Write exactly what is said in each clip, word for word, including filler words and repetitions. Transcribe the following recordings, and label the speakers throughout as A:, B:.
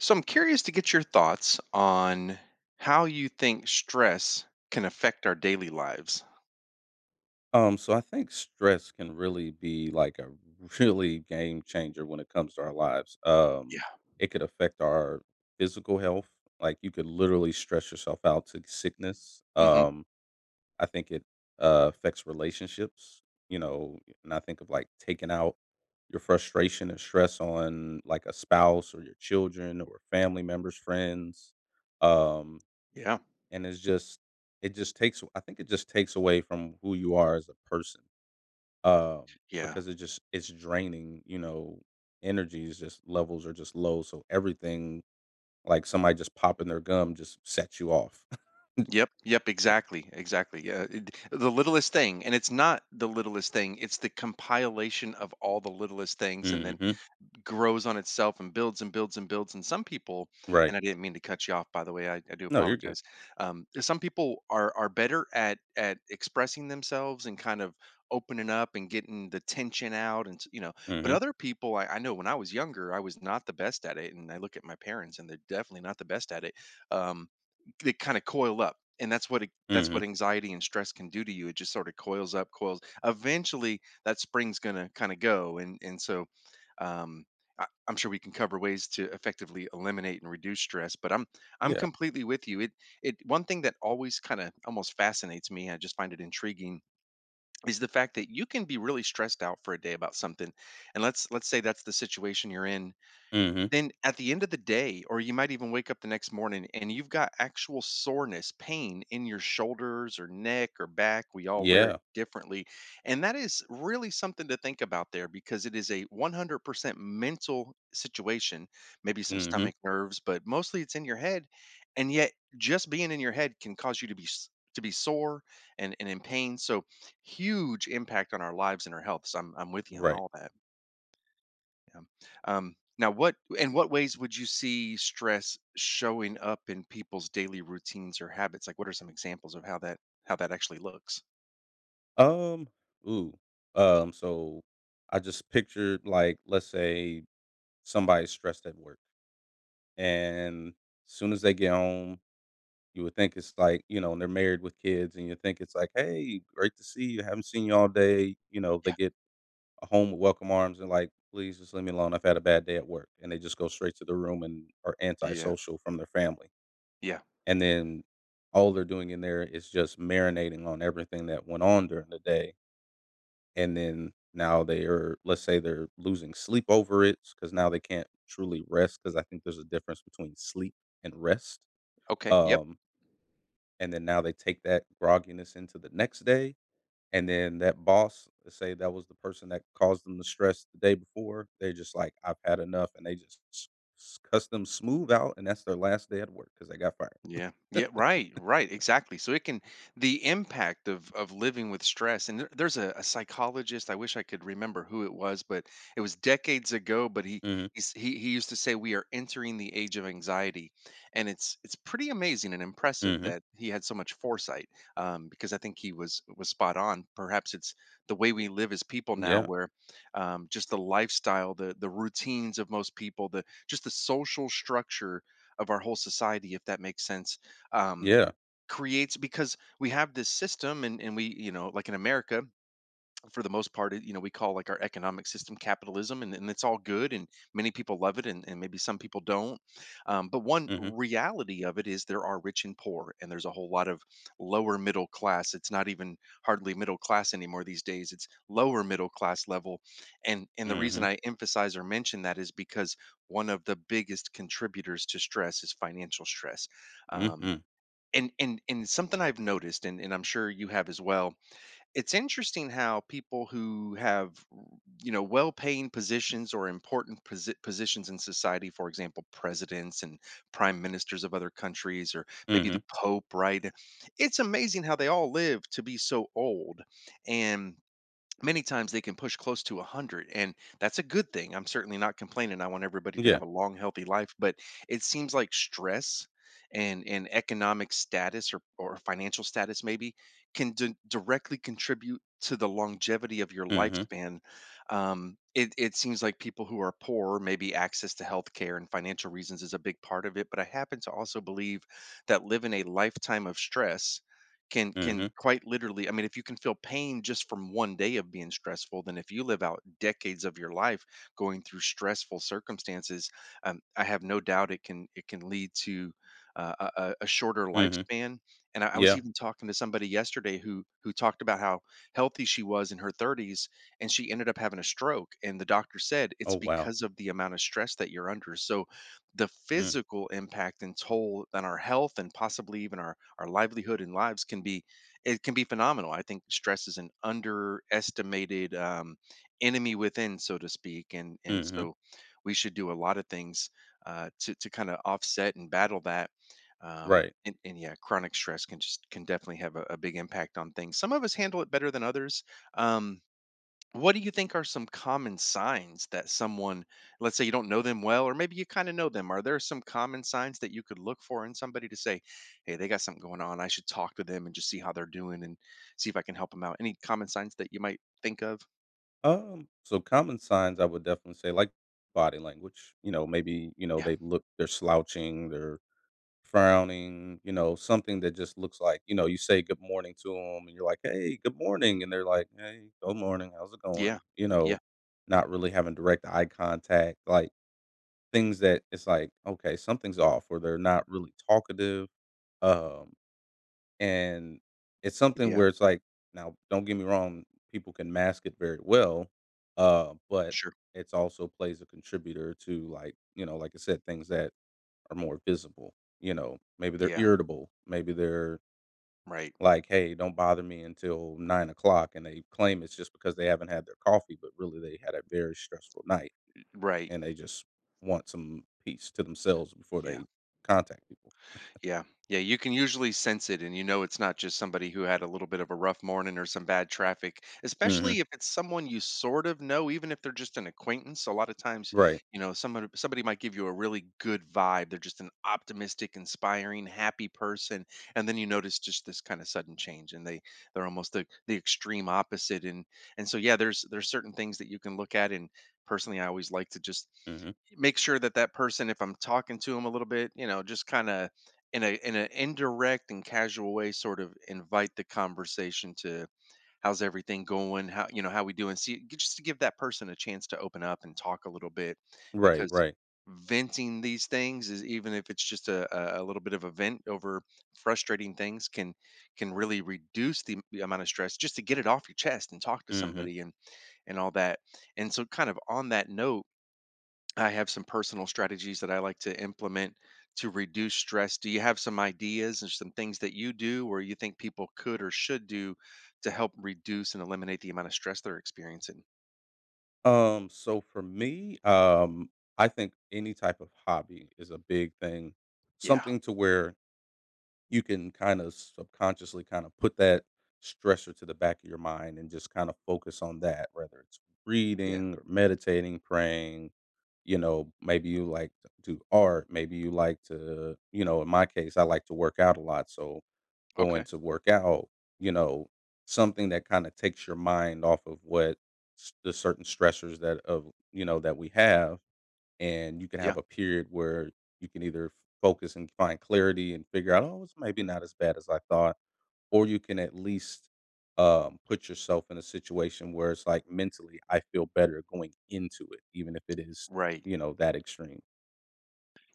A: So I'm curious to get your thoughts on how you think stress can affect our daily lives.
B: Um, so I think stress can really be like a really game changer when it comes to our lives. Um,
A: Yeah.
B: it could affect our physical health. Like you could literally stress yourself out to sickness.
A: Hmm.
B: Um, I think it uh, affects relationships, you know, and I think of like taking out your frustration and stress on like a spouse or your children or family members, friends. Um,
A: Yeah.
B: and it's just, it just takes, I think it just takes away from who you are as a person um,
A: Yeah.
B: because it just it's draining. You know, energy is just levels are just low, so everything like somebody just popping their gum just sets you off.
A: Yep. Yep. Exactly. Exactly. Yeah. It- the littlest thing, and it's not the littlest thing. It's the compilation of all the littlest things, and then
B: Hmm.
A: grows on itself and builds and builds and builds. And some people,
B: Right.
A: and I didn't mean to cut you off, by the way, I, I do
B: No, you're good.
A: apologize. Um, some people are are better at at expressing themselves and kind of opening up and getting the tension out, and s- you know. But
B: Hmm.
A: other people, I, I know when I was younger, I was not the best at it, and I look at my parents, and they're definitely not the best at it. Um, they kinda coil up, and that's what it that's
B: Hmm.
A: what anxiety and stress can do to you. It just sorta coils up, coils eventually, that spring's gonna kinda go, and and so, um, I I'm sure we can cover ways to effectively eliminate and reduce stress, but I'm I'm
B: Yeah.
A: completely with you. It it one thing that always kinda almost fascinates me, I just find it intriguing, is the fact that you can be really stressed out for a day about something, and let's let's say that's the situation you're in,
B: Hmm.
A: then at the end of the day, or you might even wake up the next morning and you've got actual soreness, pain in your shoulders or neck or back. We all wear it
B: Yeah.
A: differently. And that is really something to think about there, because it is a one hundred percent mental situation, maybe some
B: Hmm.
A: stomach nerves, but mostly it's in your head. And yet just being in your head can cause you to be s- to be sore and, and in pain. So huge impact on our lives and our health. So I'm, I'm with you on
B: Right.
A: all that. Yeah. Um, now, what in what ways would you see stress showing up in people's daily routines or habits? Like, what are some examples of how that how that actually looks?
B: Um. Ooh. Um. So I just pictured like let's say somebody's stressed at work, and soon as they get home, You would think it's like, you know, and they're married with kids, and you think it's like, "Hey, great to see you. Haven't seen you all day." You know, they
A: Yeah,
B: get a home with welcome arms and like, "Please just leave me alone. I've had a bad day at work." And they just go straight to the room and are
A: yeah,
B: antisocial from their family.
A: yeah.
B: And then all they're doing in there is just marinating on everything that went on during the day. And then now they are, let's say they're losing sleep over it because now they can't truly rest because I think there's a difference between sleep and rest.
A: Okay, yep.
B: Um, and then now they take that grogginess into the next day, and then that boss, let's say that was the person that caused them the stress the day before, they're just like, "I've had enough," and they just s s cuss them smooth out, and that's their last day at work because they got fired.
A: Yeah. Yeah. Right. Right. Exactly. So it can the impact of of living with stress. And there, there's a, a psychologist. I wish I could remember who it was, but it was decades ago. But he
B: Mhm.
A: he's, he he used to say we are entering the age of anxiety, and it's it's pretty amazing and impressive
B: Mhm.
A: that he had so much foresight. Um, because I think he was was spot on. Perhaps it's the way we live as people now,
B: Yeah.
A: where um, just the lifestyle, the the routines of most people, the just the social structure of our whole society, if that makes sense. um,
B: Yeah.
A: Creates because we have this system, and, and we, you know, like in America, for the most part, it- you know, we call like our economic system capitalism, and, and it's all good, and many people love it, and, and maybe some people don't. Um, but one
B: Mhm.
A: reality of it is there are rich and poor, and there's a whole lot of lower middle class. It's not even hardly middle class anymore these days. It's lower middle class level, and and the reason
B: Mhm.
A: I emphasize or mention that is because one of the biggest contributors to stress is financial stress. Um,
B: Mhm.
A: and, and and something I've noticed, and, and I'm sure you have as well. It's interesting how people who have, you know, well-paying positions or important posi- positions in society, for example, presidents and prime ministers of other countries, or maybe
B: Mhm.
A: the pope, right? It's amazing how they all live to be so old, and many times they can push close to one hundred, and that's a good thing. I'm certainly not complaining. I want everybody to
B: Yeah.
A: have a long, healthy life, but it seems like stress and and economic status, or, or financial status maybe can d- directly contribute to the longevity of your
B: Mhm.
A: lifespan. um, it, it seems like people who are poor, maybe access to health care and financial reasons is a big part of it, but I happen to also believe that living a lifetime of stress can can
B: Mhm.
A: quite literally, I mean, if you can feel pain just from one day of being stressful, then if you live out decades of your life going through stressful circumstances, um, I have no doubt it can it can lead to uh, a, a a shorter
B: Mhm.
A: lifespan. And I, I was
B: Yeah.
A: even talking to somebody yesterday who who talked about how healthy she was in her thirties, and she ended up having a stroke, and the doctor said
B: Oh,
A: it's
B: wow.
A: because of the amount of stress that you're under. So the
B: Mm.
A: physical impact and toll on our health, and possibly even our our livelihood and lives can be it can be phenomenal. I think stress is an underestimated um, enemy within, so to speak, and and
B: Mhm.
A: so we should do a lot of things uh, to to kind of offset and battle that. Um,
B: Right.
A: and, and yeah, chronic stress can just can definitely have a, a big impact on things. Some of us handle it better than others. Um, what do you think are some common signs that someone, let's say you don't know them well, or maybe you kind of know them? Are there some common signs that you could look for in somebody to say, hey, they got something going on. I should talk to them and just see how they're doing and see if I can help them out? Any common signs that you might think of?
B: Um, so common signs I would definitely say, like, body language, you know, maybe, you know,
A: Yeah.
B: they look they're slouching, they're frowning, you know, something that just looks like, you know, you say good morning to them and you're like, hey, good morning. And they're like, hey, good morning. How's it
A: Yeah.
B: going? You know,
A: Yeah.
B: not really having direct eye contact, like things that it's like, okay, something's off or they're not really talkative. Um, and it's something
A: Yeah.
B: where it's like, now, don't get me wrong, people can mask it very well. Uh, but
A: Sure.
B: it's also plays a contributor to like, you know, like I said, things that are more visible. You know, maybe they're
A: Yeah.
B: irritable. Maybe they're
A: Right.
B: like, hey, don't bother me until nine o'clock. And they claim it's just because they haven't had their coffee, but really they had a very stressful night
A: Right.
B: and they just want some peace to themselves before
A: Yeah.
B: they contact people.
A: Yeah. Yeah. You can usually sense it, and you know it's not just somebody who had a little bit of a rough morning or some bad traffic,
B: Hmm.
A: especially if it's someone you sort of know, even if they're just an acquaintance. A lot of times,
B: Right.
A: you know, someone somebody might give you a really good vibe. They're just an optimistic, inspiring, happy person, and then you notice just this kind of sudden change, and they they're almost the the extreme opposite. And and so yeah, there's there's certain things that you can look at, and personally, I always like to just
B: Hmm.
A: make sure that that person, if I'm talking to them a little bit, you know, just kind of in a in an indirect and casual way, sort of invite the conversation to, how's everything going, how, you know, how we doing, see g- just to give that person a chance to open up and talk a little bit,
B: Right.
A: because
B: Right.
A: venting these things, is even if it's just a, a a little bit of a vent over frustrating things, can can really reduce the the amount of stress, just to get it off your chest and talk to
B: Hmm.
A: somebody, and and all that. And so, kind of on that note, I have some personal strategies that I like to implement to reduce stress. Do you have some ideas and some things that you do, or you think people could or should do to help reduce and eliminate the amount of stress they're experiencing?
B: Um, so for me, um, I think any type of hobby is a big thing.
A: Yeah.
B: Something to where you can kind of subconsciously kind of put that stressor to the back of your mind and just kind of focus on that, whether it's
A: Yeah.
B: reading, or meditating, praying, you know, maybe you like to do art, maybe you like to, you know, in my case, I like to work out a lot. So going
A: Okay.
B: to work out, you know, something that kind of takes your mind off of what s- the certain stressors that of, you know, that we have and you can have
A: Yeah.
B: a period where you can either focus and find clarity and figure out, oh, it's maybe not as bad as I thought, or you can at least um, put yourself in a situation where it's like mentally, I feel better going into it, even if it is,
A: Right.
B: you know, that extreme.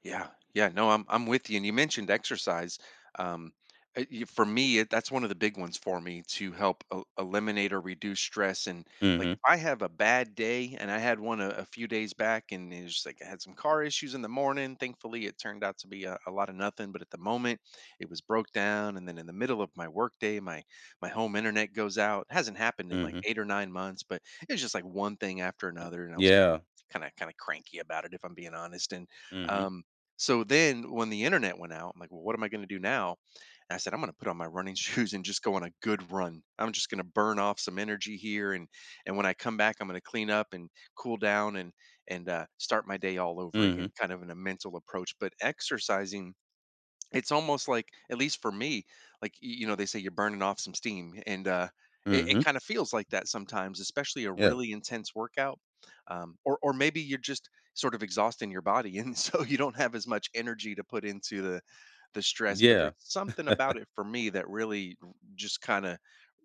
A: Yeah, yeah, no, I'm I'm with you. And you mentioned exercise. Um, uh, you- for me, it, that's one of the big ones for me to help el- eliminate or reduce stress. And like,
B: Mm-hmm.
A: if I have a bad day, and I had one a, a few days back, and it's just like I had some car issues in the morning. Thankfully, it turned out to be a, a lot of nothing. But at the moment, it was broke down, and then in the middle of my workday, my my home internet goes out. It hasn't happened in like
B: Mm-hmm.
A: eight or nine months, but it was just like one thing after another, and I was kind of
B: Yeah.
A: kind of kind of cranky about it, if I'm being honest. And
B: Mm-hmm.
A: um, so then when the internet went out, I'm like, well, what am I going to do now? And I said, I'm going to put on my running shoes and just go on a good run. I'm just going to burn off some energy here. And, and when I come back, I'm going to clean up and cool down and, and uh, start my day all over
B: Mm-hmm.
A: again, kind of in a mental approach. But exercising, it's almost like, at least for me, like y- you know they say, you're burning off some steam. And uh it, it
B: Mm-hmm.
A: kind of feels like that sometimes, especially a
B: Yeah.
A: really intense workout. Um or or maybe you're just sort of exhausting your body, and so you don't have as much energy to put into the the stress. But there's
B: Yeah.
A: something about it for me that really r- just kind of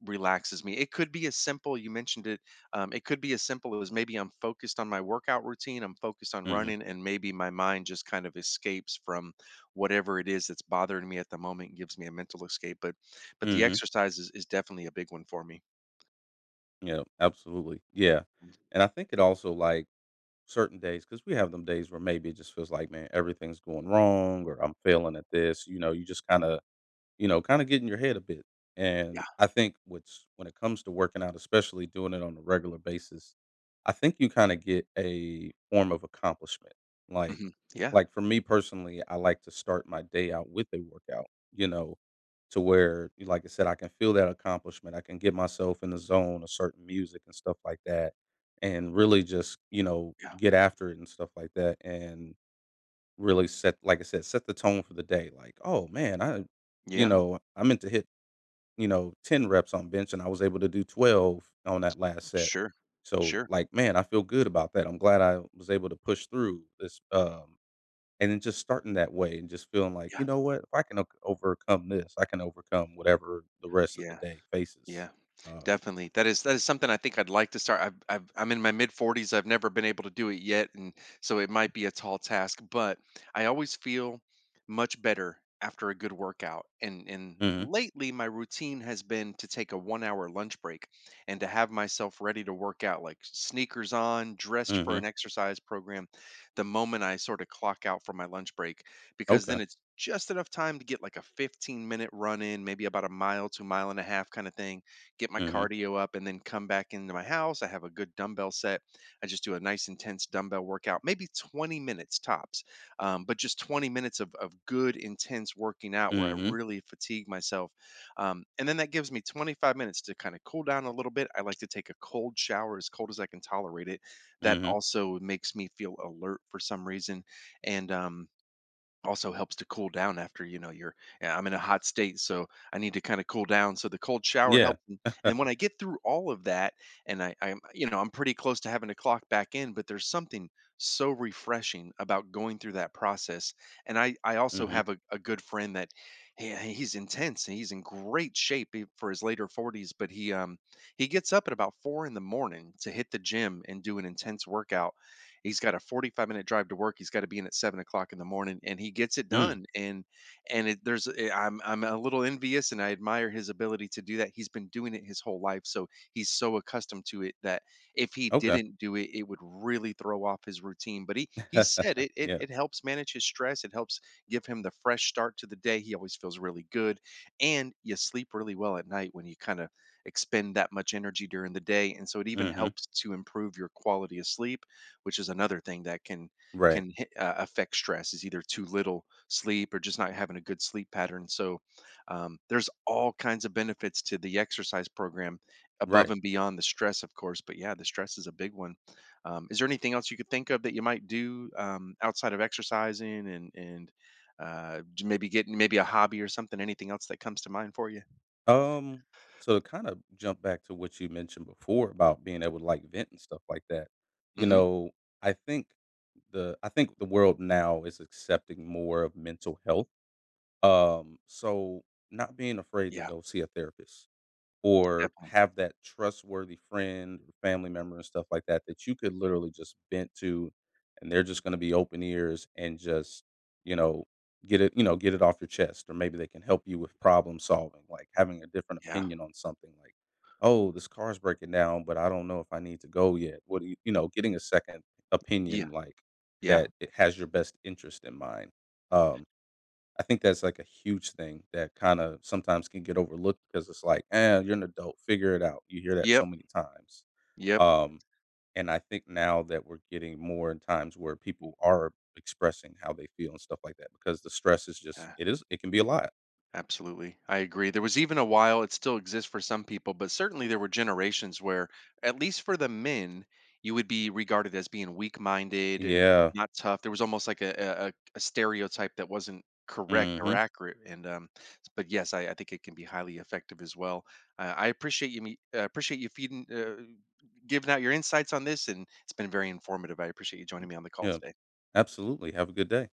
A: relaxes me. It could be as simple, you mentioned it. Um, it could be as simple as, maybe I'm focused on my workout routine, I'm focused on
B: Mm-hmm.
A: running, and maybe my mind just kind of escapes from whatever it is that's bothering me at the moment, gives me a mental escape. But but the
B: Mm-hmm.
A: exercise is, is definitely a big one for me.
B: Yeah. Absolutely. Yeah. And I think it also like certain days, because we have them days where maybe it just feels like, man, everything's going wrong or I'm failing at this, you know, you just kinda you know, kinda get in your head a bit,
A: Yeah.
B: and I think what's when it comes to working out, especially doing it on a regular basis, I think you kinda get a form of accomplishment, like
A: Hmm. Yeah.
B: like, for me personally, I like to start my day out with a workout, you know, to where, like I said, I can feel that accomplishment, I can get myself in the zone of certain music and stuff like that, and really just, you know,
A: Yeah.
B: get after it and stuff like that, and Really set like I said, set the tone for the day, like, "Oh, man, I you
A: Yeah.
B: know, I meant to hit, you know, ten reps on bench, and I was able to do twelve on that last set."
A: Sure.
B: So,
A: Sure.
B: like, "Man, I feel good about that. I'm glad I was able to push through this," um, and then just starting that way and just feeling like,
A: Yeah.
B: "You know what? If I can o overcome this, I can overcome whatever the rest of the
A: Yeah.
B: day faces."
A: Yeah,
B: Um,
A: definitely. That is that is something I think I'd like to start. I've, I've I'm in my mid forties. I've never been able to do it yet, and so it might be a tall task. But I always feel much better after a good workout. And and
B: mhm,
A: lately, my routine has been to take a one hour lunch break and to have myself ready to work out, like sneakers on, dressed for
B: mhm.
A: an exercise program, the moment I sort of clock out for my lunch break, because
B: Okay.
A: then it's just enough time to get like a fifteen minute run in, maybe about a mile to mile and a half kind of thing, get my
B: Mhm.
A: cardio up, and then come back into my house. I have a good dumbbell set. I just do a nice intense dumbbell workout, maybe twenty minutes tops. Um, but just twenty minutes of, of good intense working out where I
B: Mhm.
A: really fatigue myself. Um, and then that gives me twenty-five minutes to kind of cool down a little bit. I like to take a cold shower, as cold as I can tolerate it. That
B: Mhm.
A: also makes me feel alert for some reason. And, um, Also helps to cool down after, you know you're, yeah, I'm in a hot state, so I need to kind of cool down, so the cold shower
B: Yeah.
A: helps. And, and when I get through all of that, and I I'm you know I'm pretty close to having to clock back in, but there's something so refreshing about going through that process. And i i also
B: Mhm.
A: have a, a good friend that he, he's intense and he's in great shape e- for his later forties, but he um he gets up at about four in the morning to hit the gym and do an intense workout. He's got a forty-five minute drive to work. He's got to be in at seven o'clock in the morning, and he gets it
B: Mm.
A: done. And and it, there's eh, I'm I'm a little envious, and I admire his ability to do that. He's been doing it his whole life, so he's so accustomed to it that if he
B: Okay.
A: didn't do it, it would really throw off his routine. But he he said it it
B: Yeah.
A: it helps manage his stress. It helps give him the fresh start to the day. He always feels really good, and you sleep really well at night when you kind of expend that much energy during the day. And so it even
B: Mhm.
A: helps to improve your quality of sleep, which is another thing that can
B: Right.
A: can hit, uh, affect stress, is either too little sleep or just not having a good sleep pattern. So um, there's all kinds of benefits to the exercise program above
B: Right.
A: and beyond the stress, of course. But yeah, the stress is a big one. Um, is there anything else you could think of that you might do, um, outside of exercising and and uh, j- maybe getting maybe a hobby or something? Anything else that comes to mind for you?
B: Um, so to kind of jump back to what you mentioned before about being able to like vent and stuff like that, you
A: Hmm.
B: know, I think the I think the world now is accepting more of mental health. Um, so not being afraid to
A: Yeah,
B: go see a therapist or
A: definitely.
B: have that trustworthy friend or family member and stuff like that that you could literally just vent to, and they're just going to be open ears and just you know get it you know get it off your chest. Or maybe they can help you with problem solving, like having a different
A: Yeah,
B: opinion on something, like, oh, this car's breaking down, but i don't know if i need to go yet, what do you, you know getting a second
A: yeah,
B: opinion, like
A: yeah.
B: that it has your best interest in mind. um I think that's like a huge thing that kind of sometimes can get overlooked because it's like, eh, you're an adult, figure it out. You hear that so
A: Yep,
B: many times.
A: yep.
B: Um, and I think now that we're getting more in times where people are expressing how they feel and stuff like that because the stress is just,
A: Yeah.
B: it is, it can be a lot.
A: Absolutely. I agree. There was, even a while it still exists for some people, but certainly there were generations where, at least for the men, you would be regarded as being weak minded and
B: Yeah.
A: not tough. There was almost like a, a, a a stereotype that wasn't correct or
B: Hmm.
A: accurate. And, um, but yes, I, I think it can be highly effective as well. Uh, I appreciate you me, uh, appreciate you feeding, uh, giving out your insights on this. And it's been very informative. I appreciate you joining me on the call
B: Yeah.
A: today.
B: Absolutely. Have a good day.